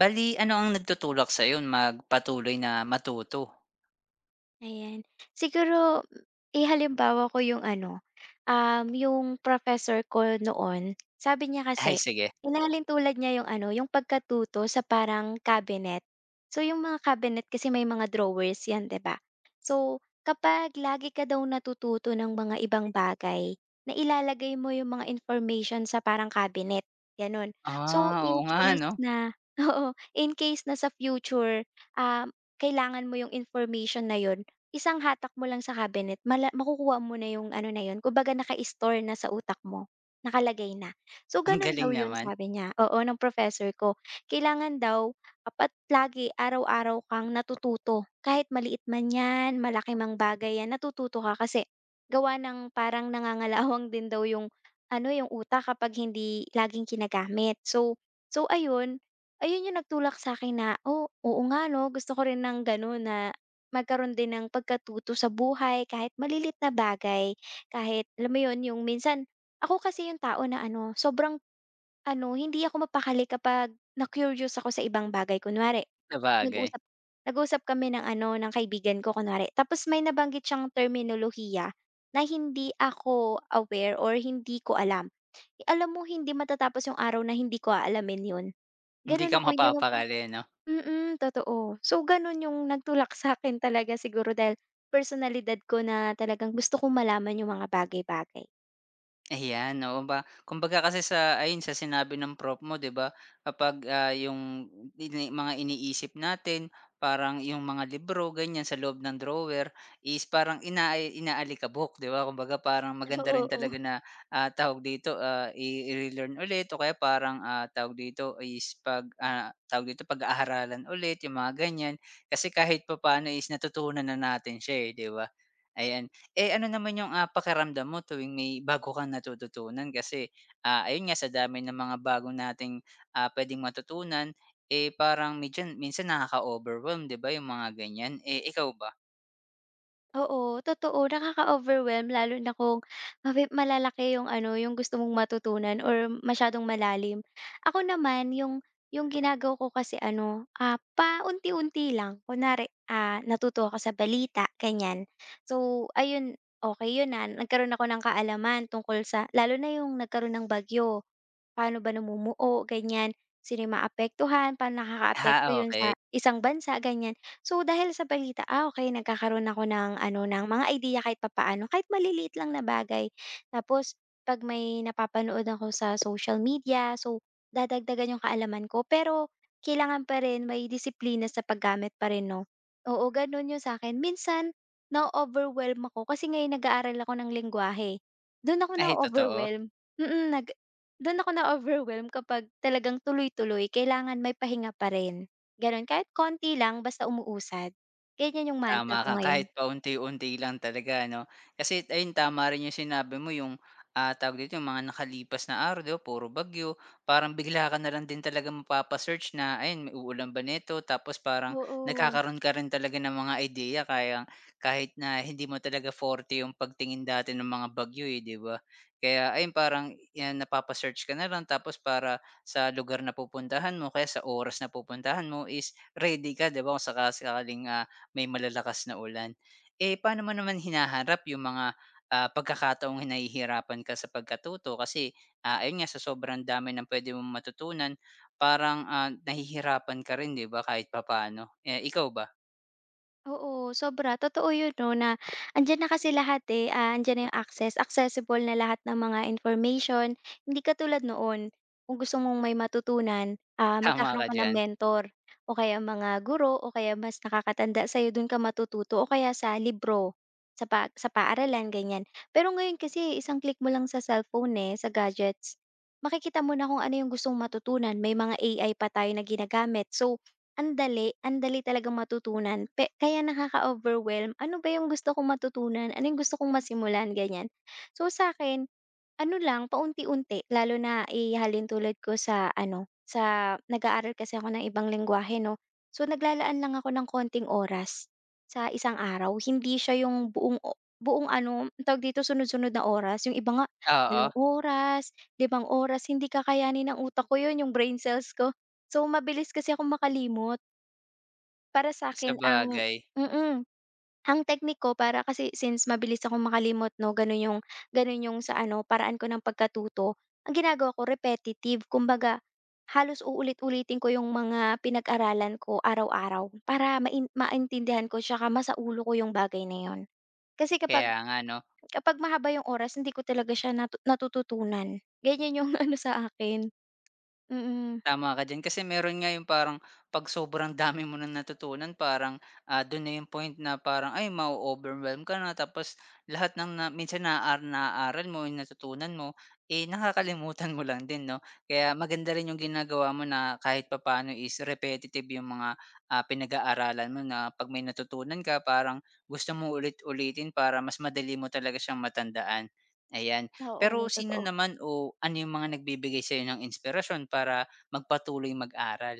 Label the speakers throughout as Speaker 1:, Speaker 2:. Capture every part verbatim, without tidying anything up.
Speaker 1: Bali ano ang nagtutulak sa'yo magpatuloy na matuto?
Speaker 2: Ayan. Siguro ihalimbawa ko yung ano, um, yung professor ko noon, sabi niya
Speaker 1: Ay
Speaker 2: kasi
Speaker 1: sige.
Speaker 2: inalin tulad niya yung ano, yung pagkatuto sa parang cabinet. So yung mga cabinet kasi may mga drawers 'yan, 'di ba? So kapag lagi ka daw natututo ng mga ibang bagay, na ilalagay mo yung mga information sa parang cabinet, gano'n. So
Speaker 1: Ah, oo
Speaker 2: in
Speaker 1: nga
Speaker 2: case
Speaker 1: 'no,
Speaker 2: na oo, in case na sa future, um, kailangan mo yung information na yun. Isang hatak mo lang sa cabinet mala makukuha mo na yung ano na yun, kumbaga naka-store na sa utak mo, nakalagay na. So
Speaker 1: ang
Speaker 2: ganun daw
Speaker 1: galing
Speaker 2: yun
Speaker 1: naman.
Speaker 2: sabi niya, oo, ng professor ko. Kailangan daw dapat lagi araw-araw kang natututo, kahit maliit man yan, malaki mang bagay yan, natututo ka kasi gawa ng parang nangangalawang din daw yung ano, yung utak kapag hindi laging kinagamit. So so ayun, ayun yung nagtulak sa akin na, oh, oo nga 'no, gusto ko rin ng gano'n na magkaroon din ng pagkatuto sa buhay kahit malilit na bagay, kahit alam mo 'yun, yung minsan ako kasi yung tao na ano, sobrang ano, hindi ako mapakali kapag na-curious ako sa ibang bagay. Kunwari
Speaker 1: Sabagay,
Speaker 2: nag-usap nag-usap kami ng ano, ng kaibigan ko kunwari, tapos may nabanggit siyang terminolohiya na hindi ako aware or hindi ko alam. I- Alam mo hindi matatapos yung araw na hindi ko aalamin 'yun.
Speaker 1: hindi
Speaker 2: Gano'n
Speaker 1: ka
Speaker 2: ako, hindi ko.
Speaker 1: mapapakali 'no?
Speaker 2: Mm, totoo. So gano'n yung nagtulak sa akin talaga siguro dahil personalidad ko na talagang gusto kong malaman yung mga bagay-bagay.
Speaker 1: Ayan, oo ba kumbaga kasi sa ayun sa sinabi ng prop mo 'di ba kapag, ah, yung ini mga iniisip natin parang yung mga libro ganyan sa loob ng drawer is parang ina inaalikabok 'di ba kumbaga parang maganda
Speaker 2: Oo,
Speaker 1: rin
Speaker 2: oo.
Speaker 1: talaga na, ah, tawag dito, ah, i i-relearn ulit o kaya parang, ah, tawag dito is pag, ah, tawag dito pag-aaralan ulit yung mga ganyan. Kasi kahit papaano is natutunan na natin siya, eh, 'di ba? Ayan, eh, ano naman yung, ah, pakiramdam mo tuwing may bago kang natututunan kasi, ah, ayun nga sa dami ng mga bago nating, ah, puwedeng matutunan, eh, parang medyan minsan nakaka-overwhelm 'di ba yung mga ganyan, eh, ikaw ba?
Speaker 2: Oo, totoo, nakaka-overwhelm lalo na kung mafi malalaki yung ano, yung gusto mong matutunan or masyadong malalim. Ako naman yung yung ginagawa ko kasi ano, ah, paunti-unti lang. Kunwari, ah, natuto ako sa balita, ganiyan. So ayun, okay yun, ah, nagkaroon ako ng kaalaman tungkol sa, lalo na yung nagkaroon ng bagyo. Paano ba namumuo, ganyan. Sino yung maapektuhan, paano nakakaapekto
Speaker 1: Ha,
Speaker 2: yun
Speaker 1: okay.
Speaker 2: sa isang bansa, ganyan. So, dahil sa balita, ah, okey nagkakaroon ako ng ano, ng mga idea kahit papaano, kahit maliliit lang na bagay. Tapos 'pag may napapanood ako sa social media, so dadagdagan yung kaalaman ko. Pero kailangan pa rin may disiplina sa paggamit pa rin 'no? Oo, gano'n yun sa akin. Minsan na overwhelm ako kasi ngayon nag-aaral ako ng lengguwahe, do'n ako na
Speaker 1: Ay totoo.
Speaker 2: overwhelm. Mm, nag Do'n ako na-overwhelm kapag talagang tuloy-tuloy, kailangan may pahinga pa rin, gano'n. Kahit konti lang basta umuusad, ganyan yung
Speaker 1: Tama
Speaker 2: mantra ko
Speaker 1: ka,
Speaker 2: ngayon,
Speaker 1: kahit paunti-unti lang talaga no. Kasi ayun tama rin yung sinabi mo yung, ah, tawag dito, yung mga nakalipas na araw 'di ba puro bagyo, parang bigla ka na lang din talaga mapapasearch na ayun, may uulan ba nito? Tapos parang
Speaker 2: oo.
Speaker 1: nagkakaroon ka rin talaga ng mga idea kaya kahit na hindi mo talaga forte yung pagtingin dati ng mga bagyo, eh, 'di ba? Kaya ayun parang yan napapasearch search ka na lang tapos para sa lugar na pupuntahan mo, kaya sa oras na pupuntahan mo is ready ka 'di ba kung sakasakaling, ah may malalakas na ulan. Eh, paano mo naman hinaharap yung mga, ah, pagkakataong nahihirapan ka sa pagkatuto kasi, ah, ayun nga sa sobrang dami ng pwede mong matutunan parang, ah, nahihirapan ka rin 'di ba kahit papaano? Eh, ikaw ba,
Speaker 2: Oo, sobra. Totoo yun 'no, na andiyan na kasi lahat, eh, ah, andiyan na yung access, accessible na lahat ng mga information. Hindi katulad noon, kung gusto mong may matutunan, ah,
Speaker 1: tama
Speaker 2: magkakaroon
Speaker 1: ka
Speaker 2: ka ng
Speaker 1: diyan?
Speaker 2: mentor o kaya mga guro o kaya mas nakakatanda sa'yo, dun ka matututo o kaya sa libro, sa pa sa paaralan, ganyan. Pero ngayon kasi isang click mo lang sa cellphone, eh, sa gadgets, makikita mo na kung ano yung gusto mong matutunan. May mga A I pa tayo na ginagamit. So, ang dali, ang dali talagang matutunan pe kaya nakaka-overwhelm, ano ba yung gusto kong matutunan, ano yung gusto kong masimulan, ganyan. So sa akin ano lang paunti-unti, lalo na ihahalin tulad ko sa ano, sa nag-aaral kasi ako ng ibang lengguwahe 'no, so naglalaan lang ako ng konting oras sa isang araw, hindi siya yung buong o buong ano, anong tawag dito, sunod-sunod na oras, yung iba nga
Speaker 1: Oo,
Speaker 2: walong oras, limang oras, hindi kakayanin ng utak ko yun, yung brain cells ko. So mabilis kasi ako makalimot. Para sa'kin ang
Speaker 1: sabagay.
Speaker 2: mm, ang technique ko para kasi since mabilis akong makalimot 'no, gano'n yung gano'n yung sa ano, paraan ko ng pagkatuto. Ang ginagawa ko repetitive, kumbaga halos uulit-ulitin ko yung mga pinag-aralan ko araw-araw para main maintindihan ko tsaka masaulo ko yung bagay na yun. Kasi kapag
Speaker 1: Kaya nga 'no.
Speaker 2: kapag mahaba yung oras hindi ko talaga siya natu natututunan. Ganyan yung ano sa akin. Mm,
Speaker 1: Tama ka diyan kasi meron nga yung parang 'pag sobrang dami mo na natutunan parang, ah, dun na yung point na parang ay ma-o-overwhelm ka na tapos lahat ng na minsan naa naaral mo, yung natutunan mo, eh, nakakalimutan mo lang din 'no. Kaya maganda rin yung ginagawa mo na kahit papaano is repetitive yung mga, ah, pinag-aaralan mo na 'pag may natutunan ka parang gusto mo ulit-ulitin para mas madali mo talaga siyang matandaan, ayan. Pero
Speaker 2: oo,
Speaker 1: sino
Speaker 2: totoo.
Speaker 1: naman o ano yung mga nagbibigay sa'yo ng inspirasyon para magpatuloy mag-aral,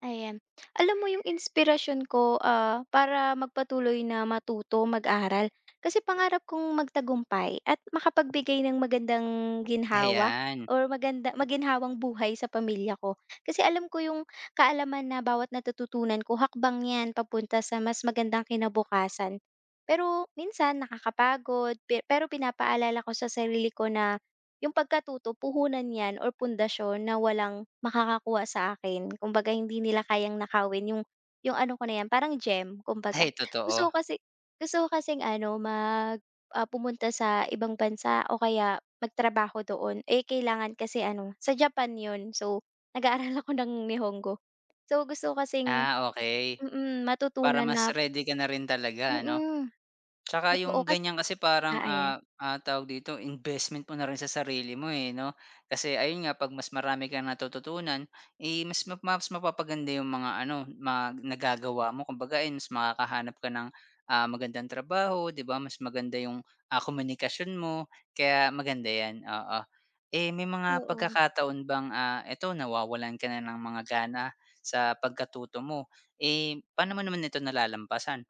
Speaker 2: Ayan. Alam mo yung inspirasyon ko, ah, para magpatuloy na matuto, mag-aral, kasi pangarap kong magtagumpay at makapagbigay ng magandang ginhawa
Speaker 1: ayan.
Speaker 2: or maganda, maginhawang buhay sa pamilya ko. Kasi alam ko yung kaalaman na bawat natututunan ko, hakbang 'yan papunta sa mas magandang kinabukasan. Pero minsan nakakapagod, pe pero pinapaalala ko sa sarili ko na yung pagkatuto puhunan 'yan or pundasyon na walang makakakuha sa akin. Kumbaga hindi nila kayang nakawin yung yung ano ko na 'yan, parang gem kumbaga.
Speaker 1: Ay totoo.
Speaker 2: Gusto ko kasi, gusto ko kasing ano mag, ah, pumunta sa ibang bansa o kaya magtrabaho doon, eh, kailangan kasi ano, sa Japan 'yun. So, nag-aaral ako ng Nihongo. So, gusto ko kasing
Speaker 1: Ah, okay.
Speaker 2: mm, mm,
Speaker 1: Para
Speaker 2: matutunan
Speaker 1: mas
Speaker 2: na
Speaker 1: ready ka na rin
Speaker 2: mm,
Speaker 1: talaga ano?
Speaker 2: mm,
Speaker 1: Tsaka
Speaker 2: totoo
Speaker 1: yung
Speaker 2: kasi
Speaker 1: ganyan kasi parang,
Speaker 2: ah, ayan,
Speaker 1: ah, ah, tawag dito, investment mo na rin sa sarili mo, eh, 'no? Kasi ayun nga, 'pag mas marami kang natututunan, eh, mas ma mas mapapaganda yung mga ano, ma nagagawa mo. Kumbaga, ayun, mas makakahanap ka ng, ah, magandang trabaho, 'di ba? Mas maganda yung, ah, komunikasyon mo, kaya maganda 'yan, oo. Eh, may mga
Speaker 2: oo.
Speaker 1: pagkakataon bang, ah, eto, nawawalan ka na ng mga gana sa pagkatuto mo, eh, paano mo naman ito nalalampasan?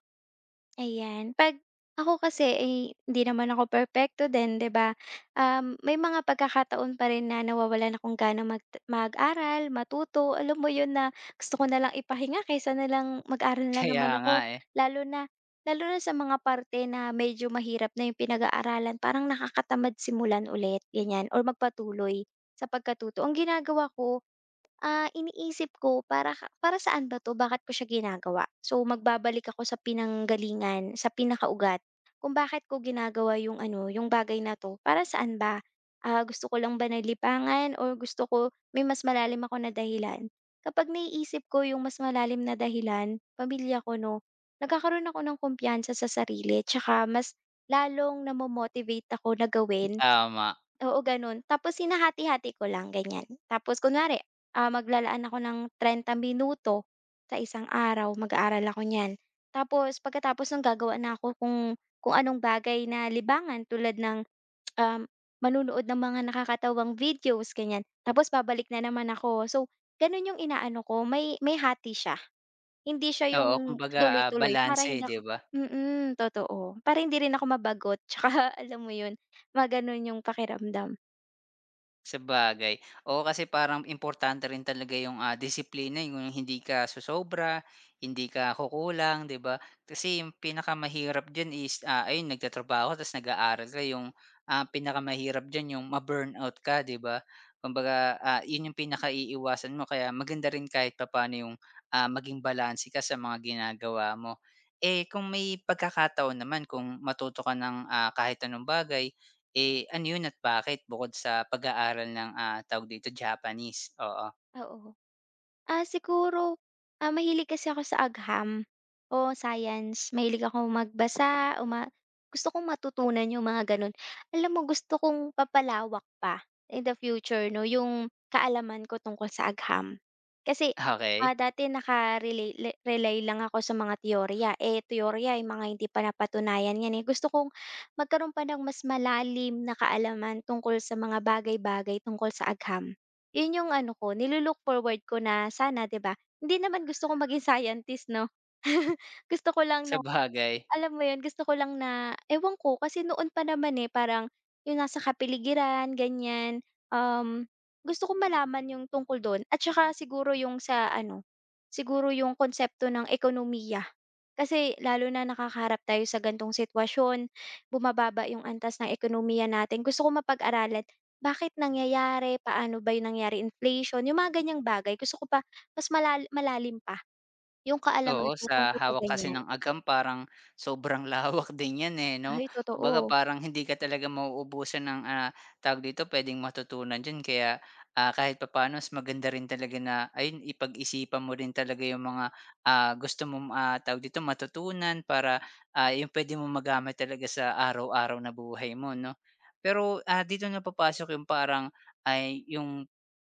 Speaker 2: Ayan, 'pag ako kasi ay hindi naman ako perfecto, din 'di ba? Um, may mga pagkakataon pa rin na nawawalan akong ganang mag mag-aral, matuto, alam mo 'yun na gusto ko na lang ipahinga kaysa na lang mag-aral na
Speaker 1: Kaya
Speaker 2: naman
Speaker 1: nga,
Speaker 2: ako.
Speaker 1: eh.
Speaker 2: Lalo na lalo na sa mga parte na medyo mahirap na 'yung pinag-aaralan, parang nakakatamad simulan ulit, ganiyan, or magpatuloy sa pagkatuto. Ang ginagawa ko, ah, iniisip ko para ka para saan ba 'to, bakit ko siya ginagawa? So, magbabalik ako sa pinanggalingan, sa pinakaugat kung bakit ko ginagawa yung ano, yung bagay na 'to, para saan ba? Ah, gusto ko lang ba na lipangan or gusto ko may mas malalim ako na dahilan? Kapag naiisip ko yung mas malalim na dahilan, pamilya ko 'no, nagkakaroon ako ng kumpiyansa sa sarili tsaka mas lalong namo-motivate ako na gawin.
Speaker 1: Tama,
Speaker 2: Oo, gano'n. Tapos hinahati-hati ko lang, ganyan. Tapos kunwari, ah, maglalaan ako ng tatlumpung minuto sa isang araw, mag-aaral ako niyan. Tapos pagkatapos no'n gagawa na ako kung kung anong bagay na libangan tulad ng, um, manonood ng mga nakakatawang videos, ganyan. Tapos babalik na naman ako. So, gano'n 'yung inaano ko, may may hati siya. Hindi siya
Speaker 1: oo
Speaker 2: 'yung
Speaker 1: kumbaga, ah,
Speaker 2: tuloy-tuloy para
Speaker 1: balanse, eh,
Speaker 2: hindi
Speaker 1: 'di
Speaker 2: ako.
Speaker 1: ba?
Speaker 2: Mm, totoo. Para hindi rin ako mabagot, 'tsaka alam mo 'yun, ma 'yung pakiramdam,
Speaker 1: Sabagay, oo, kasi parang importante rin talaga yung, ah, disiplina, yung hindi ka sosobra, hindi ka kukulang, 'di ba? Kasi yung pinakamahirap diyan is, ah, ayun nagtatrabaho tapos nag-aaral ka yung, ah, pinakamahirap diyan yung ma-burnout ka, 'di ba? Kumbaga, ah, yun yung pinakaiiwasan mo kaya maganda rin kahit papaano yung, ah, maging balanse ka sa mga ginagawa mo. Eh, kung may pagkakataon naman kung matuto ka ng, ah, kahit anong bagay eh, ano yun at bakit bukod sa pag-aaral ng, ah, tawag dito Japanese? Oo,
Speaker 2: oo. Ah, siguro, ah, mahilig kasi ako sa agham o science. Mahilig akong magbasa o ma gusto kong matutunan yung mga gano'n. Alam mo gusto kong papalawak pa in the future 'no, yung kaalaman ko tungkol sa agham. Kasi, ah,
Speaker 1: okey.
Speaker 2: dati naka le rely lang ako sa mga teorya, eh, teorya ay mga hindi pa napatunayan 'yan, eh. Gusto kong magkaroon pa ng mas malalim na kaalaman tungkol sa mga bagay-bagay tungkol sa agham. Yun yung ano ko, nilu forward ko na sana 'di ba, hindi naman gusto ko maging scientist 'no. Gusto ko lang na
Speaker 1: Sabagay.
Speaker 2: alam mo yun, gusto ko lang na ewan ko kasi noon pa naman, eh, parang yung nasa kapiligiran ganyan, um, gusto ko malaman yung tungkol dun at saka siguro yung sa ano, siguro yung konsepto ng ekonomiya. Kasi lalo na nakakaharap tayo sa gantong sitwasyon, bumababa yung antas ng ekonomiya natin, gusto ko mapag-aralan bakit nangyayari, paano ba yung nangyari inflation, yung mga ganyang bagay, gusto ko pa mas malal malalim pa yung kaalaman
Speaker 1: Oo,
Speaker 2: ko
Speaker 1: sa
Speaker 2: tungkol sa
Speaker 1: hawak kasi
Speaker 2: ganyan.
Speaker 1: ng agam parang sobrang lawak din 'yan, eh, 'no?
Speaker 2: Ay totoo,
Speaker 1: Kumbaga parang hindi ka talaga mauubusan ng, ah, tawag dito, puwedeng matutunan diyan kaya, ah, kahit papaano mas maganda rin talaga na ayun ipag-isipan mo rin talaga yung mga, ah, gusto mong, ah, tawag dito, matutunan para, ah, yung pwede mong magamit talaga sa araw-araw na buhay mo, 'no? Pero, ah, dito na papasok yung parang ay yung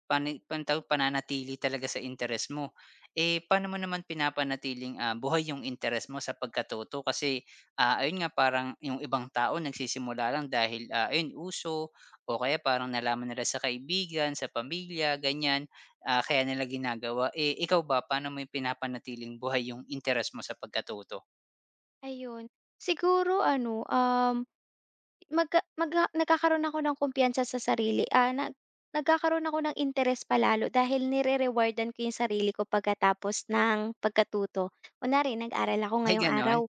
Speaker 1: Pani pan tawag pananatili talaga sa interes mo. Eh, paano mo naman pinapanatiling, ah, buhay yung interes mo sa pagkatuto? Kasi, ah, ayun nga parang yung ibang tao nagsisimula lang dahil, ah, ayun uso o kaya parang nalaman nila sa kaibigan, sa pamilya, ganyan, ah, kaya nila ginagawa. Eh, ikaw ba paano mo pinapanatiling buhay yung interes mo sa pagkatuto?
Speaker 2: ayun. Siguro ano, um, magka magha nagkakaroon ako ng kumpiyansa sa sarili, ah, nag nagkakaroon ako ng interes pa dahil nire-rewardan ko yung sarili ko pagkatapos ng pagkatuto. Kunwari nag-aral ako
Speaker 1: Ay
Speaker 2: ngayong
Speaker 1: gano'n?
Speaker 2: araw,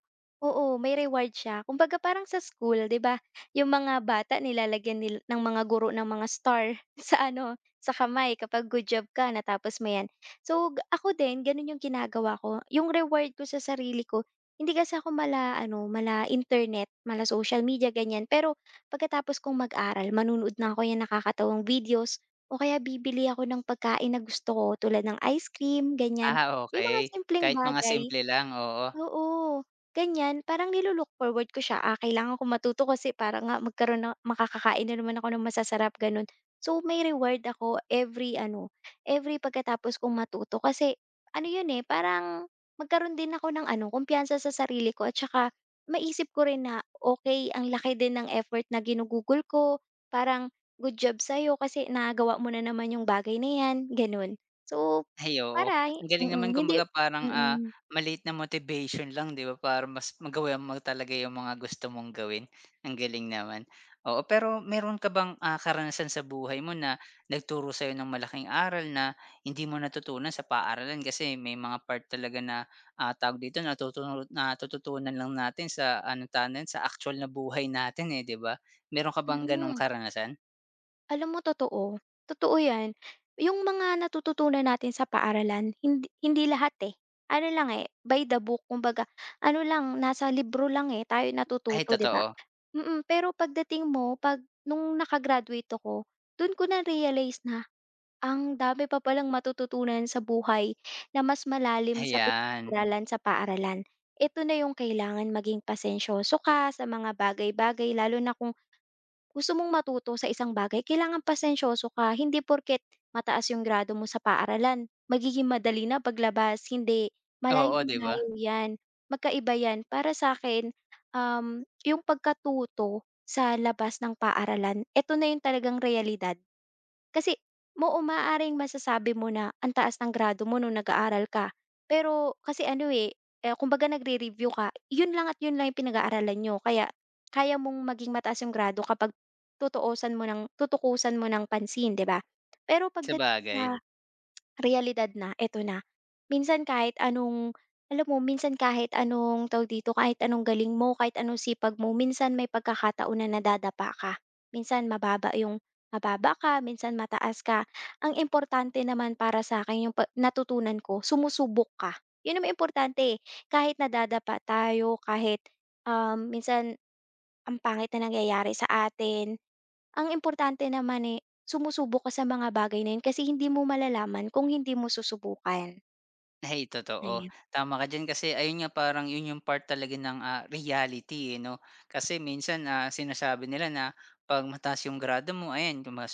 Speaker 2: oo, may reward siya. Kumbaga parang sa school 'di ba, yung mga bata nilalagyan nil ng mga guro ng mga star sa ano, sa kamay kapag good job ka, natapos mo 'yan. So, g- ako din ganun yung ginagawa ko, yung reward ko sa sarili ko hindi kasi ako mala-ano, mala-internet, mala-social media, ganyan. Pero pagkatapos kong mag-aral manonood na ako yan nakakatawang videos o kaya bibili ako ng pagkain na gusto ko tulad ng ice cream, ganyan.
Speaker 1: Ah,
Speaker 2: Yung
Speaker 1: okey.
Speaker 2: mga simpleng
Speaker 1: Kahit mga
Speaker 2: bagay.
Speaker 1: simple lang, oo.
Speaker 2: Oo, ganyan parang nilo-look forward ko siya, ah, kailangan ko matuto kasi para nga magkaroon, na makakakain na naman ako ng masasarap, gano'n. So, may reward ako every ano, every pagkatapos kong matuto kasi ano 'yun, eh, parang magkaroon din ako ng ano, kumpiyansa sa sarili ko at saka maisip ko rin na, okay ang laki din ng effort na ginugugol ko, parang good job sa'yo kasi nagawa mo na naman yung bagay na 'yan." gano'n. So,
Speaker 1: Ay, oo.
Speaker 2: para
Speaker 1: Ang
Speaker 2: mm,
Speaker 1: galing
Speaker 2: mm,
Speaker 1: naman
Speaker 2: hindi
Speaker 1: kumbaga parang,
Speaker 2: mm,
Speaker 1: ah,
Speaker 2: mm.
Speaker 1: maliit na motivation lang 'di ba para mas magawa mo talaga yung mga gusto mong gawin. Ang galing naman. Oo, pero meron ka bang, ah, karanasan sa buhay mo na nagturo sa'yo ng malaking aral na hindi mo natutunan sa paaralan? Kasi may mga part talaga na, ah, tawag dito natutunan natututunan lang natin sa ano tanun sa actual na buhay natin, eh, 'di ba? Meron ka bang gano'ng
Speaker 2: mm.
Speaker 1: karanasan?
Speaker 2: Alam mo totoo, totoo 'yan. Yung mga natututunan natin sa paaralan hindi hindi lahat, eh. Ano lang, eh, by the book, kumbaga ano lang, nasa libro lang, eh, tayo
Speaker 1: Ay
Speaker 2: natututo, 'di ba?
Speaker 1: totoo,
Speaker 2: Mm, pero pagdating mo 'pag nung naka-graduate ako, dun ko na-realize na ang dami pa palang matututunan sa buhay na mas malalim sa
Speaker 1: ayan.
Speaker 2: pinag-aralan sa paaralan. Ito na yung kailangan maging pasensyoso ka sa mga bagay-bagay, lalo na kung gusto mong matuto sa isang bagay, kailangan pasensyoso ka. Hindi porket mataas yung grado mo sa paaralan, magiging madali na paglabas. Hindi.
Speaker 1: Oo,
Speaker 2: Malayong
Speaker 1: 'di ba?
Speaker 2: malayo yan. Magkaiba yan. Para sa akin, um, yung pagkatuto sa labas ng paaralan, ito na yung talagang realidad. Kasi mo umaaring masasabi mo na ang taas ng grado mo nung nag-aaral ka. Pero kasi ano, eh, eh, kumbaga nagre-review ka, yun lang at yun lang yung pinag-aaralan niyo, kaya kaya mong maging mataas yung grado kapag tutuusan mo ng tutukusan mo ng pansin, 'di ba? Pero
Speaker 1: Sa
Speaker 2: pagdating
Speaker 1: bagay.
Speaker 2: sa realidad na, eto na. Minsan kahit anong alam mo, minsan kahit anong tawag dito, kahit anong galing mo, kahit anong sipag mo, minsan may pagkakataon na nadadapa ka. Minsan mababa yung mababa ka, minsan mataas ka. Ang importante naman para sa akin yung pa natutunan ko, sumusubok ka. Yun naman importante, eh. Kahit nadadapa tayo, kahit, um, minsan ang pangit na nangyayari sa atin, ang importante naman, eh, sumusubok ka sa mga bagay na yun kasi hindi mo malalaman kung hindi mo susubukan,
Speaker 1: Ay totoo,
Speaker 2: ayan.
Speaker 1: tama ka diyan kasi ayun nga parang yun yung part talaga ng, ah, reality, eh, 'no. Kasi minsan, ah, sinasabi nila na 'pag mataas yung grado mo ayan kung mga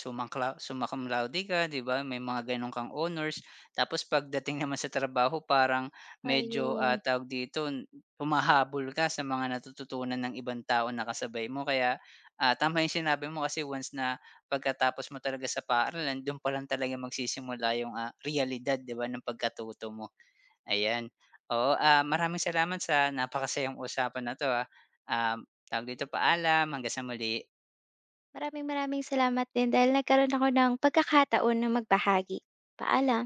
Speaker 1: sumangkla ka 'di ba, may mga gano'n kang honors. Tapos pagdating naman sa trabaho parang medyo, ah,
Speaker 2: Ayun,
Speaker 1: tawag dito, n- humahabol ka sa mga natututunan ng ibang tao na kasabay mo. Kaya, ah, tama yung sinabi mo kasi once na pagkatapos mo talaga sa paaralan dun pa lang talaga magsisimula yung, ah, realidad 'di ba ng pagkatuto mo. Ayan. Oo, ah, maraming salamat sa napakasayang usapan na 'to, ah. Um, tawag dito, paalam, hanggang sa muli.
Speaker 2: maraming maraming salamat din dahil nagkaroon ako ng pagkakataon na magbahagi. Paalam.